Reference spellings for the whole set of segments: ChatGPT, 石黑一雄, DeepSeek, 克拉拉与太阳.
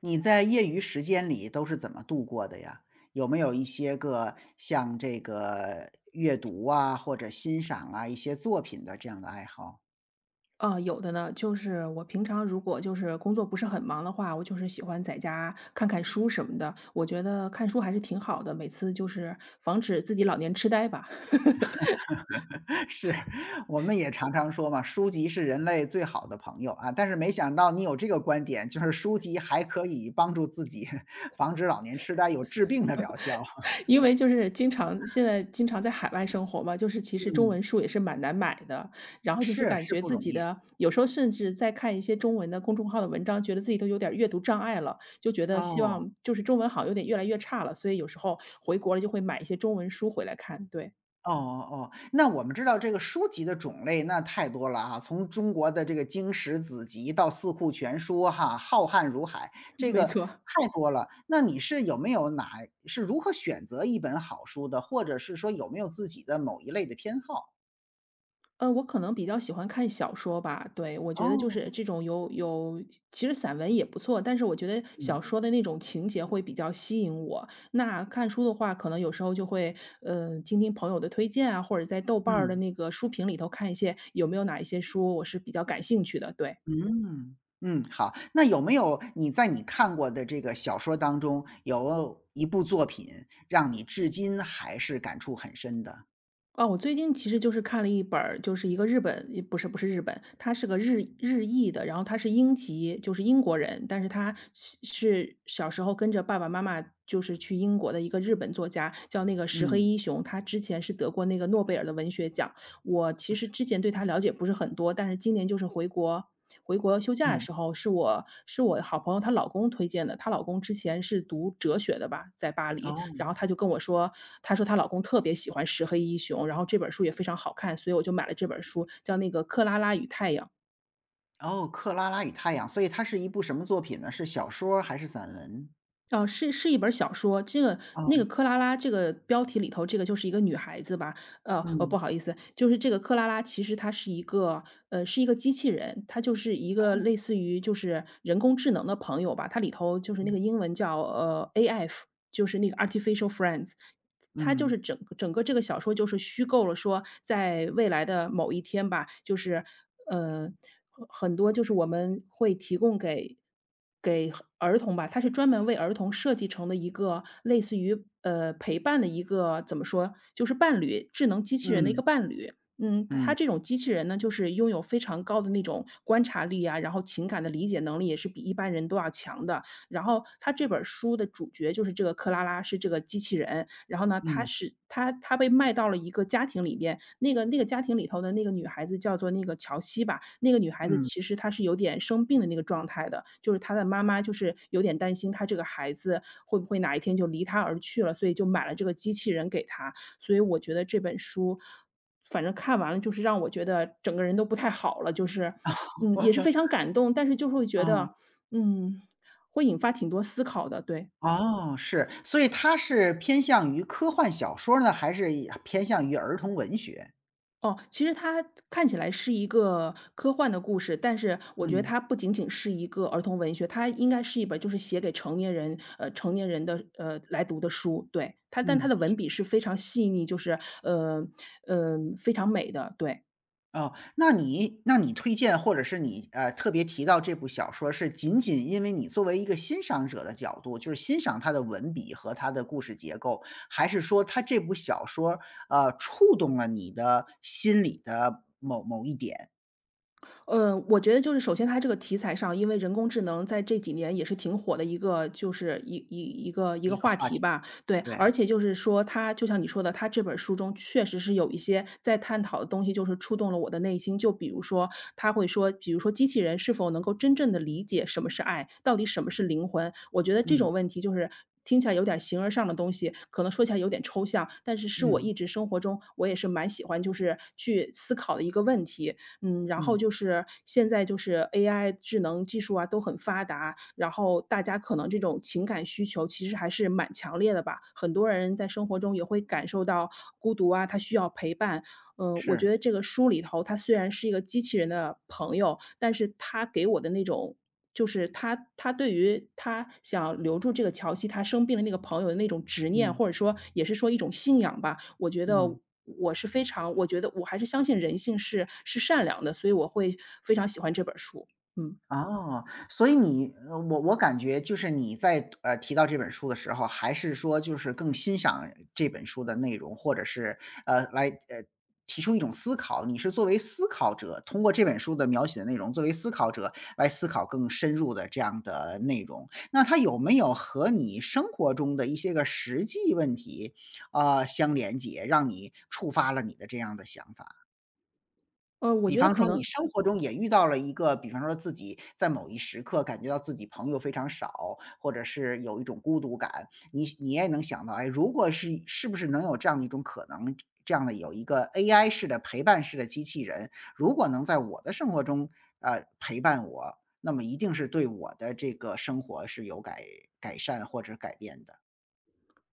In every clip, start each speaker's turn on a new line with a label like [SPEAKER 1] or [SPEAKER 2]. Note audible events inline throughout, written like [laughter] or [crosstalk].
[SPEAKER 1] 你在业余时间里都是怎么度过的呀？有没有一些个像这个阅读啊，或者欣赏啊一些作品的这样的爱好？
[SPEAKER 2] 啊，有的呢，就是我平常如果就是工作不是很忙的话，我就是喜欢在家看看书什么的。我觉得看书还是挺好的，每次就是防止自己老年痴呆吧。[laughs]
[SPEAKER 1] [laughs] 是，我们也常常说嘛，书籍是人类最好的朋友啊，但是没想到你有这个观点，就是书籍还可以帮助自己 [laughs] 防止老年痴呆，有治病的疗效。[laughs]
[SPEAKER 2] 因为就是经常现在经常在海外生活嘛，就是其实中
[SPEAKER 1] 嗯，
[SPEAKER 2] 文书也是蛮难买的。然后就是
[SPEAKER 1] 是，
[SPEAKER 2] 感
[SPEAKER 1] 是
[SPEAKER 2] 觉
[SPEAKER 1] 不
[SPEAKER 2] 自
[SPEAKER 1] 容
[SPEAKER 2] 己
[SPEAKER 1] 易。
[SPEAKER 2] 的有时候甚至在看一些中文的公众号的文章，觉得自己都有点儿阅读障碍了，就觉得希
[SPEAKER 1] 哦。
[SPEAKER 2] 望就是中文好像有点越来越差了，所以有时候回国了就会买一些中文书回来看。对，
[SPEAKER 1] 哦哦哦，那我们知道这个书籍的种类那太多了啊，从中国的这个经史子集到四库全书哈，浩瀚如海，这
[SPEAKER 2] 没
[SPEAKER 1] 个
[SPEAKER 2] 错。
[SPEAKER 1] 太多了。那你是有没有哪是如何选择一本好书的，或者是说有没有自己的某一类的偏好？
[SPEAKER 2] 我可能比较喜欢看小说吧，对，我觉得就
[SPEAKER 1] 哦，
[SPEAKER 2] 是这种其实散文也不错，但是我觉得小
[SPEAKER 1] 嗯
[SPEAKER 2] 说的那种情节会比较吸引我。那看书的话，可能有时候就会，听听朋友的推荐啊，或者在豆瓣儿的
[SPEAKER 1] 嗯
[SPEAKER 2] 那个书评里头看一些有没有哪一些书我是比较感兴趣的，对。
[SPEAKER 1] 嗯嗯，好。那有没有你在你看过的这个小说当中，有一部作品让你至今还是感触很深的？
[SPEAKER 2] 哦，我最近其实就是看了一本儿就是一个日本，也不是日本，他是个日裔的，然后他是英籍，就是英国人，但是他是小时候跟着爸爸妈妈就是去英国的一个日本作家，叫那个石黑
[SPEAKER 1] 嗯
[SPEAKER 2] 一雄，他之前是得过那个诺贝尔的文学奖，我其实之前对他了解不是很多，但是今年就是回国休假的
[SPEAKER 1] 嗯，
[SPEAKER 2] 时候，是我好朋友她老公推荐的。她老公之前是读哲学的吧，在巴黎，
[SPEAKER 1] 哦。
[SPEAKER 2] 然后她就跟我说，她说她老公特别喜欢石黑一雄，然后这本书也非常好看，所以我就买了这本书，叫那个《克拉拉与太阳》。
[SPEAKER 1] 哦，《克拉拉与太阳》，所以它是一部什么作品呢？是小说儿还是散文？
[SPEAKER 2] 哦，是一本小说，这个
[SPEAKER 1] 哦，
[SPEAKER 2] 那个克拉拉这个标题里头，这个就是一个女孩子吧，哦，
[SPEAKER 1] 嗯，
[SPEAKER 2] 不好意思，就是这个克拉拉其实她是一个，是一个机器人，她就是一个类似于就是人工智能的朋友吧，它里头就是那
[SPEAKER 1] 嗯，
[SPEAKER 2] 个英文叫AF,就是那个 artificial friends,它就是
[SPEAKER 1] 嗯，
[SPEAKER 2] 整个这个小说就是虚构了说，在未来的某一天吧，就是，呃，很多就是我们会提供给给儿童吧，它是专门为儿童设计成的一个类似于，陪伴的一个怎么说，就是伴侣智能机器人的一
[SPEAKER 1] 嗯，
[SPEAKER 2] 个伴侣。嗯，它
[SPEAKER 1] 嗯，
[SPEAKER 2] 这种机器人呢，就是拥有非常高的那种观察力啊，然后情感的理解能力也是比一般人都要强的。然后他这本书的主角就是这个克拉拉，是这个机器人。然后呢，他是他他被卖到了一个家庭里边，那个家庭里头的那个女孩子叫做那个乔西吧，那个女孩子
[SPEAKER 1] 嗯，
[SPEAKER 2] 其实她是有点生病的那个状态的，就是她的妈妈就是有点担心她这个孩子会不会哪一天就离她而去了，所以就买了这个机器人给她。所以我觉得这本书，反正看完了就是让我觉得整个人都不太好了，就是，嗯，也是非常感动，但是就会觉
[SPEAKER 1] 嗯，
[SPEAKER 2] 得，嗯会引发挺多思考的，对。
[SPEAKER 1] 哦，是，所以它是偏向于科幻小说儿呢，还是以偏向于儿童文学？
[SPEAKER 2] 哦，其实它看起来是一个科幻的故事，但是我觉得
[SPEAKER 1] 嗯，
[SPEAKER 2] 它不仅仅是一个儿童文学，它应该是一本就是写给成年人，成年人的来读的书。对，它但它
[SPEAKER 1] 嗯。
[SPEAKER 2] 的文笔是非常细腻，就是呃非常美的，对。
[SPEAKER 1] 哦，那你那你推荐或者是你，特别提到这部小说是仅仅因为你作为一个欣赏者的角度，就是欣赏他的文笔和他的故事结构，还是说他这部小说，触动了你的心里的某某一点，
[SPEAKER 2] 我觉得就是首先它这个题材上，因为人工智能在这几年也是挺火的一个，就是一一一个一
[SPEAKER 1] 一
[SPEAKER 2] 个
[SPEAKER 1] 个
[SPEAKER 2] 话
[SPEAKER 1] 话
[SPEAKER 2] 题
[SPEAKER 1] 题？
[SPEAKER 2] 吧。对，而
[SPEAKER 1] 对，
[SPEAKER 2] 且就是说它就像你说的，它这本书中确实是有一些在探讨的东西，就是触动了我的内心。就比如说，他会说，比如说机器人是否能够真正的理解什么是爱，到底什么是灵魂？我觉得这
[SPEAKER 1] 嗯，
[SPEAKER 2] 种问题就是。听起来有点形而上的东西，可能说起来有点抽象，但是是我
[SPEAKER 1] 嗯，
[SPEAKER 2] 一直生活中我也是蛮喜欢，就是去思考的一个问题。嗯，然后
[SPEAKER 1] 嗯，
[SPEAKER 2] 就是现在就是 AI 智能技术啊都很发达，然后大家可能这种情感需求其实还是蛮强烈的吧。很多人在生活中也会感受到孤独啊，他需要陪伴，嗯，我觉
[SPEAKER 1] 是，
[SPEAKER 2] 得这个书里头，他虽然是一个机器人的朋友，但是他给我的那种就是他对于他想留住这个乔西，他生病的那个朋友的那种执念，
[SPEAKER 1] 嗯，
[SPEAKER 2] 或者说也是说一种信仰吧，我觉得
[SPEAKER 1] 嗯。
[SPEAKER 2] 我是非常我觉得我还是相信人性是善良的，所以我会非常喜欢这本书。嗯，
[SPEAKER 1] 哦，所以你呃，我感觉就是你在呃提到这本书的时候，还是说就是更欣赏这本书的内容，或者是呃来呃提出一种思考。你是作为思考者，通过这本书的描写的内容，作为思考者来思考更深入的这样的内容。那它有没有和你生活中的一些个实际问题啊，呃相连接，让你触发了你的这样的想法？
[SPEAKER 2] 我
[SPEAKER 1] 比
[SPEAKER 2] 觉得
[SPEAKER 1] 方
[SPEAKER 2] 可
[SPEAKER 1] 说你
[SPEAKER 2] 能
[SPEAKER 1] 生活中也遇到了一个，比方说自己在某一时刻感觉到自己朋友非常少，或者是有一种孤独感，你也能想到，哎，如果是是不是能有这样的一种可能，这样的有一个 AI 式的陪伴式的机器人，如果能在我的生活中，陪伴我，那么一定是对我的这个生活是有改改善或者改变的。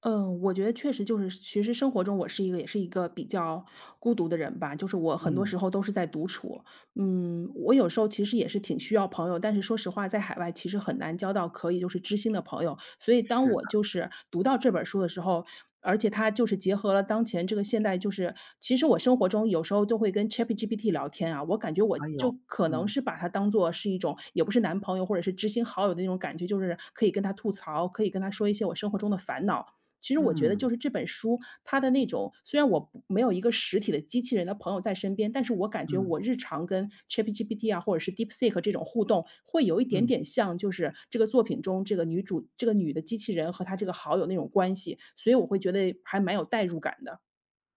[SPEAKER 2] 嗯，我觉得确实就是其实生活中我是一个也是一个比较孤独的人吧，就是我很多
[SPEAKER 1] 嗯，
[SPEAKER 2] 时候都是在独处。嗯，我有时候其实也是挺需要朋友，但是说实话，在海外其实很难交到可以就是知心的朋友。所以当
[SPEAKER 1] 是的，
[SPEAKER 2] 我就是读到这本书的时候，而且它就是结合了当前这个现代，就是其实我生活中有时候都会跟 ChatGPT 聊天啊，我感觉我
[SPEAKER 1] 还
[SPEAKER 2] 就
[SPEAKER 1] 有，
[SPEAKER 2] 可能
[SPEAKER 1] 嗯，
[SPEAKER 2] 是把它当做是一种也不是男朋友或者是知心好友的那种感觉，就是可以跟他吐槽，可以跟他说一些我生活中的烦恼。其实我觉得
[SPEAKER 1] 嗯，
[SPEAKER 2] 就是这本书，它的那种虽然我不没有一个实体的机器人的朋友在身边，但是我感觉
[SPEAKER 1] 嗯，
[SPEAKER 2] 我日常跟 ChatGPT 啊，或者是 DeepSeek 这种互动，会有一点
[SPEAKER 1] 嗯。
[SPEAKER 2] 点像，就是这个作品中这个女主这个女的机器人和她这个好友那种关系，所以我会觉得还蛮有代入感的。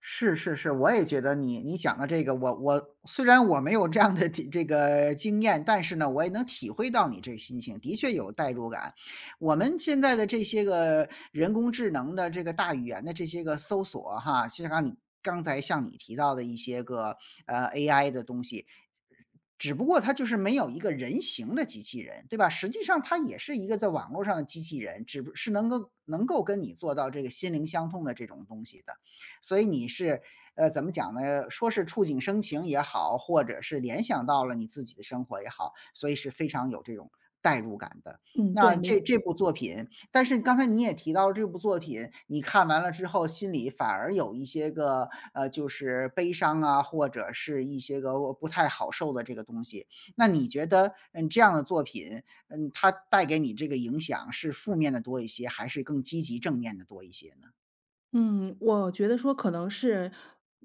[SPEAKER 1] 是是是，我也觉得你你讲的这个，我虽然我没有这样的体这个经验，但是呢，我也能体会到你这心情，的确有代入感。我们现在的这些个人工智能的这个大语言的这些个搜索哈，就像你刚才像你提到的一些个呃 AI 的东西，只不过它就是没有一个人形的机器人，对吧？实际上它也是一个在网络上的机器人，只不是能够能够跟你做到这个心灵相通的这种东西的。所以你是，怎么讲呢？说是触景生情也好，或者是联想到了你自己的生活也好，所以是非常有这种代入感的。
[SPEAKER 2] 嗯，
[SPEAKER 1] 那
[SPEAKER 2] 对，
[SPEAKER 1] 这
[SPEAKER 2] 没
[SPEAKER 1] 这部作品但是刚才你也提到了这部作品，你看完了之后心里反而有一些个，就是悲伤啊，或者是一些个我不太好受的这个东西。那你觉得，嗯，这样的作品，嗯，它带给你这个影响是负面的多一些，还是更积极正面的多一些呢？
[SPEAKER 2] 嗯，我觉得说可能是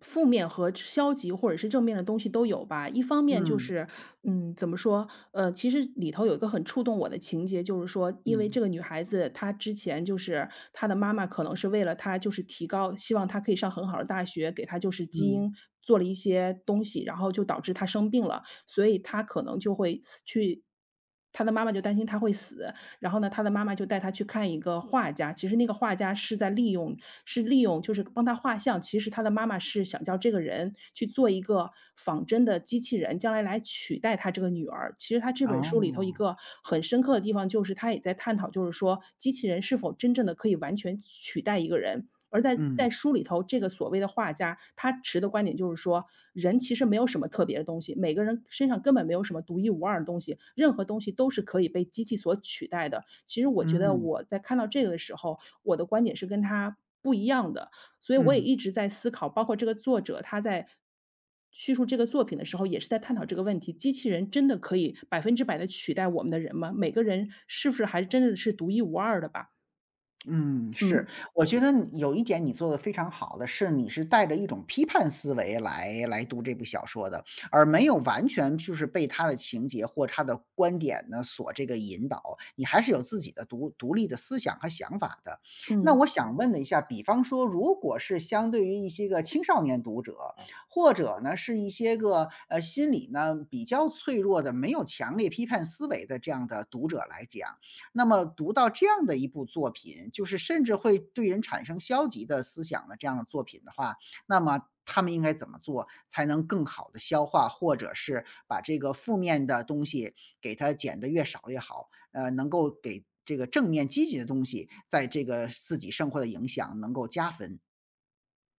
[SPEAKER 2] 负面和消极或者是正面的东西都有吧。一方面就
[SPEAKER 1] 嗯，
[SPEAKER 2] 是，嗯，怎么说？其实里头有一个很触动我的情节，就是说，因为
[SPEAKER 1] 嗯，
[SPEAKER 2] 这个女孩子她之前就是她的妈妈可能是为了她就是提高，希望她可以上很好的大学，给她就是基
[SPEAKER 1] 嗯，
[SPEAKER 2] 因做了一些东西，然后就导致她生病了，所以她可能就会死去。她的妈妈就担心她会死，然后呢，他的妈妈就带他去看一个画家，其实那个画家是在利用是利用就是帮他画像，其实他的妈妈是想叫这个人去做一个仿真的机器人，将来来取代他这个女儿。其实他这本书里头一
[SPEAKER 1] 哦，
[SPEAKER 2] 个很深刻的地方，就是他也在探讨，就是说机器人是否真正的可以完全取代一个人，而在
[SPEAKER 1] 嗯，
[SPEAKER 2] 在书里头，这个所谓的画家，他持的观点就是说，人其实没有什么特别的东西，每个人身上根本没有什么独一无二的东西，任何东西都是可以被机器所取代的。其实我觉得
[SPEAKER 1] 嗯，
[SPEAKER 2] 我在看到这个的时候，我的观点是跟他不一样的，所以我也
[SPEAKER 1] 嗯。
[SPEAKER 2] 一直在思考，包括这个作者他在叙述这个作品的时候，也是在探讨这个问题：机器人真的可以百分之百的取代我们的人吗？每个人是不是还真的是独一无二的吧？
[SPEAKER 1] 嗯，是，
[SPEAKER 2] 嗯
[SPEAKER 1] 我觉得你有一点你做的非常好的是，你是带着一种批判思维来来读这部小说的，而没有完全就是被他的情节或他的观点呢所这个引导，你还是有自己的独独立的思想和想法的。那
[SPEAKER 2] 嗯。
[SPEAKER 1] 我想问了一下，比方说，如果是相对于一些个青少年读者，或者呢是一些个呃心理呢比较脆弱的、没有强烈批判思维的这样的读者来讲。那么读到这样的一部作品，就是甚至会对人产生消极的思想的这样的作品的话，那么他们应该怎么做才能更好的消化，或者是把这个负面的东西给它减得越少越好？能够给这个正面积极的东西在这个自己生活的影响能够加分。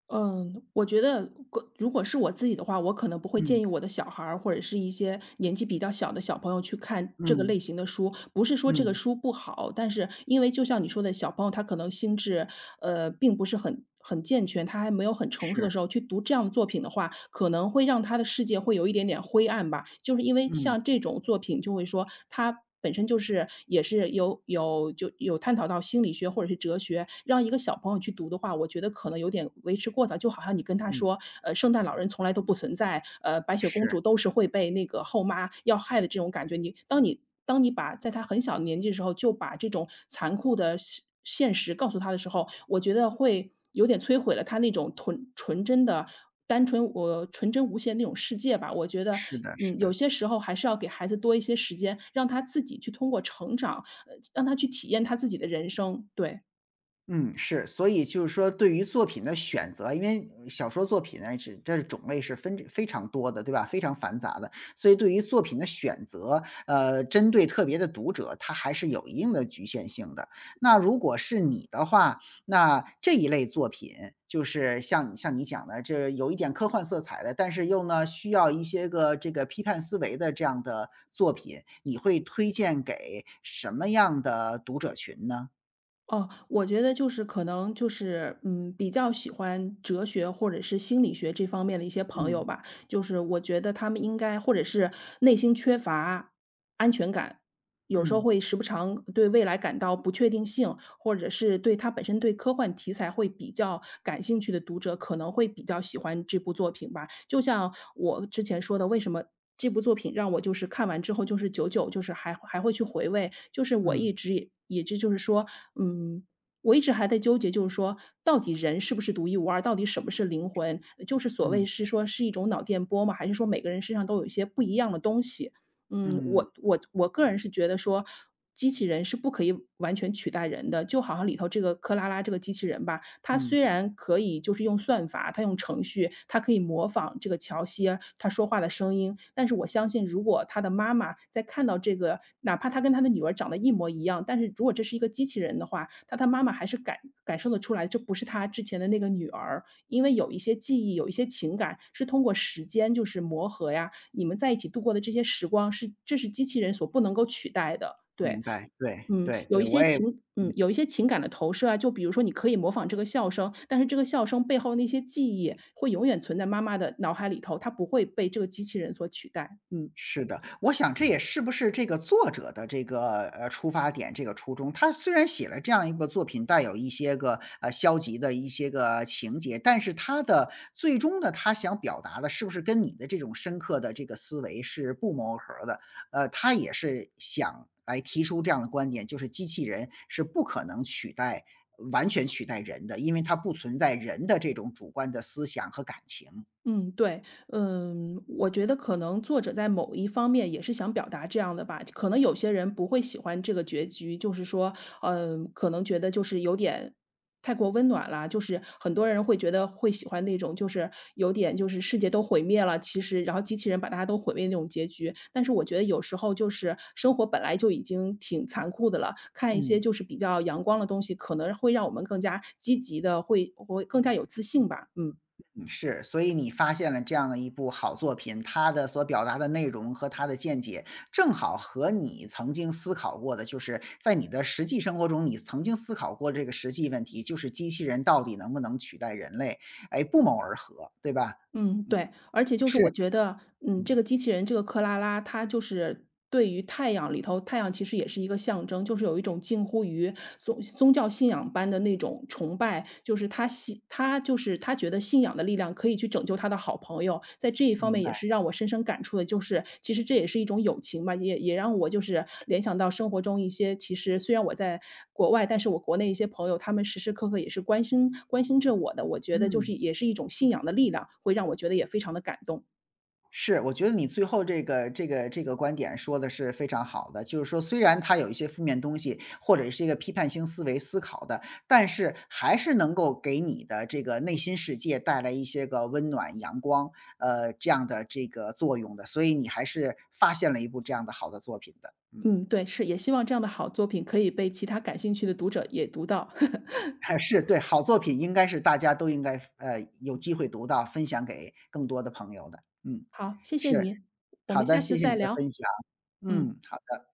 [SPEAKER 2] 嗯，我觉得个如果是我自己的话，我可能不会
[SPEAKER 1] 嗯
[SPEAKER 2] 建议我的小孩儿或者是一些年纪比较小的小朋友去看这个
[SPEAKER 1] 嗯
[SPEAKER 2] 类型的书。不是说这个
[SPEAKER 1] 嗯，
[SPEAKER 2] 书不好，但是因为就像你说的，小朋友他可能心智，并不是很健全，他还没有很成熟的时
[SPEAKER 1] 是，
[SPEAKER 2] 候去读这样的作品的话，可能会让他的世界会有一点点灰暗吧。就是因为
[SPEAKER 1] 嗯
[SPEAKER 2] 像这种作品就会说他本身就是也是有探讨到心理学或者是哲学，让一个小朋友去读的话，我觉得可能有点为时过早。就好像你跟他
[SPEAKER 1] 嗯，
[SPEAKER 2] 说，圣诞老人从来都不存在，白雪公主
[SPEAKER 1] 是，
[SPEAKER 2] 都是会被那个后妈要害的这种感觉。你把在他很小的年纪的时候，就把这种残酷的现实告诉他的时候，我觉得会有点摧毁了他那种纯纯真的单纯我纯真无限那种世界吧。我觉得，
[SPEAKER 1] 是的是
[SPEAKER 2] 嗯，有
[SPEAKER 1] 的。
[SPEAKER 2] 些时候还是要给孩子多一些时间，让他自己去通过成长，让他去体验他自己的人生，对。
[SPEAKER 1] 嗯，是，所以就是说对于作品的选择，因为呃小说作品呢，是这是种类是分非常多的，对吧？非常繁杂的，所以对于作品的选择，针对特别的读者，它还是有一定的局限性的。那如果是你的话，那这一类作品，就是像像你讲的，这有一点科幻色彩的，但是又呢需要一些个这个批判思维的这样的作品，你会推荐给什么样的读者群呢？
[SPEAKER 2] 哦，我觉得就是可能就是，嗯，比较喜欢哲学或者是心理学这方面的一些朋
[SPEAKER 1] 嗯
[SPEAKER 2] 友吧，就是我觉得他们应该或者是内心缺乏安全感，有时候
[SPEAKER 1] 嗯。
[SPEAKER 2] 会时不常对未来感到不确定性，或者是对他本身对科幻题材会比较感兴趣的读者，可能会比较喜欢这部作品吧。就像我之前说的，为什么这部作品让我就是看完之后就是久久就是还会去回味，就是我
[SPEAKER 1] 嗯
[SPEAKER 2] 一直也这就是说，嗯，我一直还在纠结，就是说到底人是不是独一无二，到底什么是灵魂？就是所谓
[SPEAKER 1] 嗯
[SPEAKER 2] 是说是一种脑电波吗？还是说每个人身上都有一些不一样的东西？嗯，
[SPEAKER 1] 嗯
[SPEAKER 2] 我个人是觉得说，机器人是不可以完全取代人的。就好像里头这个克拉拉这个机器人吧，它虽
[SPEAKER 1] 嗯，
[SPEAKER 2] 然可以就是用算法，它用程序，它可以模仿这个乔西儿她说话的声音，但是我相信如果她的妈妈在看到这个，哪怕她跟她的女儿长得一模一样，但是如果这是一个机器人的话，她妈妈还是感受得出来，这不是她之前的那个女儿。因为有一些记忆，有一些情感是通过时间就是磨合呀，你们在一起度过的这些时光是这是机器人所不能够取代的。对，
[SPEAKER 1] 明白，对
[SPEAKER 2] 嗯，
[SPEAKER 1] 对对，我也嗯。
[SPEAKER 2] 有一些情感的投射啊，就比如说你可以模仿这个笑声，但是这个笑声背后那些记忆会永远存在妈妈的脑海里头，它不会被这个机器人所取代。嗯。
[SPEAKER 1] 是的，我想这也是不是这个作者的这个，出发点，这个初衷。他虽然写了这样一个作品，带有一些个，消极的一些个情节，但是他的最终呢，他想表达的是不是跟你的这种深刻的这个思维是不谋而合的。他也是想来提出这样的观点，就是机器人是不可能取代完全取代人的，因为它不存在人的这种主观的思想和感情，
[SPEAKER 2] 嗯，对，嗯，我觉得可能作者在某一方面也是想表达这样的吧，可能有些人不会喜欢这个结局，就是说，嗯，可能觉得就是有点太过温暖啦，就是很多人会觉得会喜欢那种就是有点就是世界都毁灭了，其实然后机器人把大家都毁灭那种结局，但是我觉得有时候就是生活本来就已经挺残酷的了，看一些
[SPEAKER 1] 嗯。
[SPEAKER 2] 就是比较阳光的东西，可能会让我们更加积极的，会更加有自信吧，嗯。
[SPEAKER 1] 是，所以你发现了这样的一部好作品，它的所表达的内容和它的见解，正好和你曾经思考过的，就是在你的实际生活中，你曾经思考过这个实际问题，就是机器人到底能不能取代人类，哎，不谋而合，对吧？
[SPEAKER 2] 嗯，
[SPEAKER 1] 嗯，
[SPEAKER 2] 对，而且就是
[SPEAKER 1] 是，
[SPEAKER 2] 我觉得，嗯，
[SPEAKER 1] 嗯，
[SPEAKER 2] 这个机器人，这个克拉拉，它就是对于太阳里头，太阳其实也是一个象征，就是有一种近乎于宗教信仰般的那种崇拜，就是他信，他就是他觉得信仰的力量可以去拯救他的好朋友。友在这一方
[SPEAKER 1] 明
[SPEAKER 2] 面也
[SPEAKER 1] 白，
[SPEAKER 2] 是让我深深感触的，就是其实这也是一种友情吧，也让我就是联想到生活中一些其实虽然我在国外，但是我国内一些朋友，他们时时刻刻也是关心着我的，我觉得就
[SPEAKER 1] 嗯。
[SPEAKER 2] 是也是一种信仰的力量，会让我觉得也非常的感动。
[SPEAKER 1] 是，我觉得你最后这个这个这个观点说的是非常好的，就是说虽然它有一些负面东西，或者是一个批判性思维思考的，但是还是能够给你的这个内心世界带来一些个温暖、阳光，这样的这个作用的，所以你还是发现了一部这样的好的作品的，嗯，
[SPEAKER 2] 嗯，对，是，也希望这样的好作品可以被其他感兴趣的读者也读到。
[SPEAKER 1] [laughs]
[SPEAKER 2] [laughs]
[SPEAKER 1] 还是，对，好作品应该是大家都应该呃有机会读到，分享给更多的朋友的，嗯，
[SPEAKER 2] 好，谢谢
[SPEAKER 1] 是，
[SPEAKER 2] 你，我
[SPEAKER 1] 好
[SPEAKER 2] 们
[SPEAKER 1] 的，
[SPEAKER 2] 下次
[SPEAKER 1] 谢谢
[SPEAKER 2] 再
[SPEAKER 1] 你的分
[SPEAKER 2] 聊，
[SPEAKER 1] 享，
[SPEAKER 2] 嗯。
[SPEAKER 1] 嗯，好的。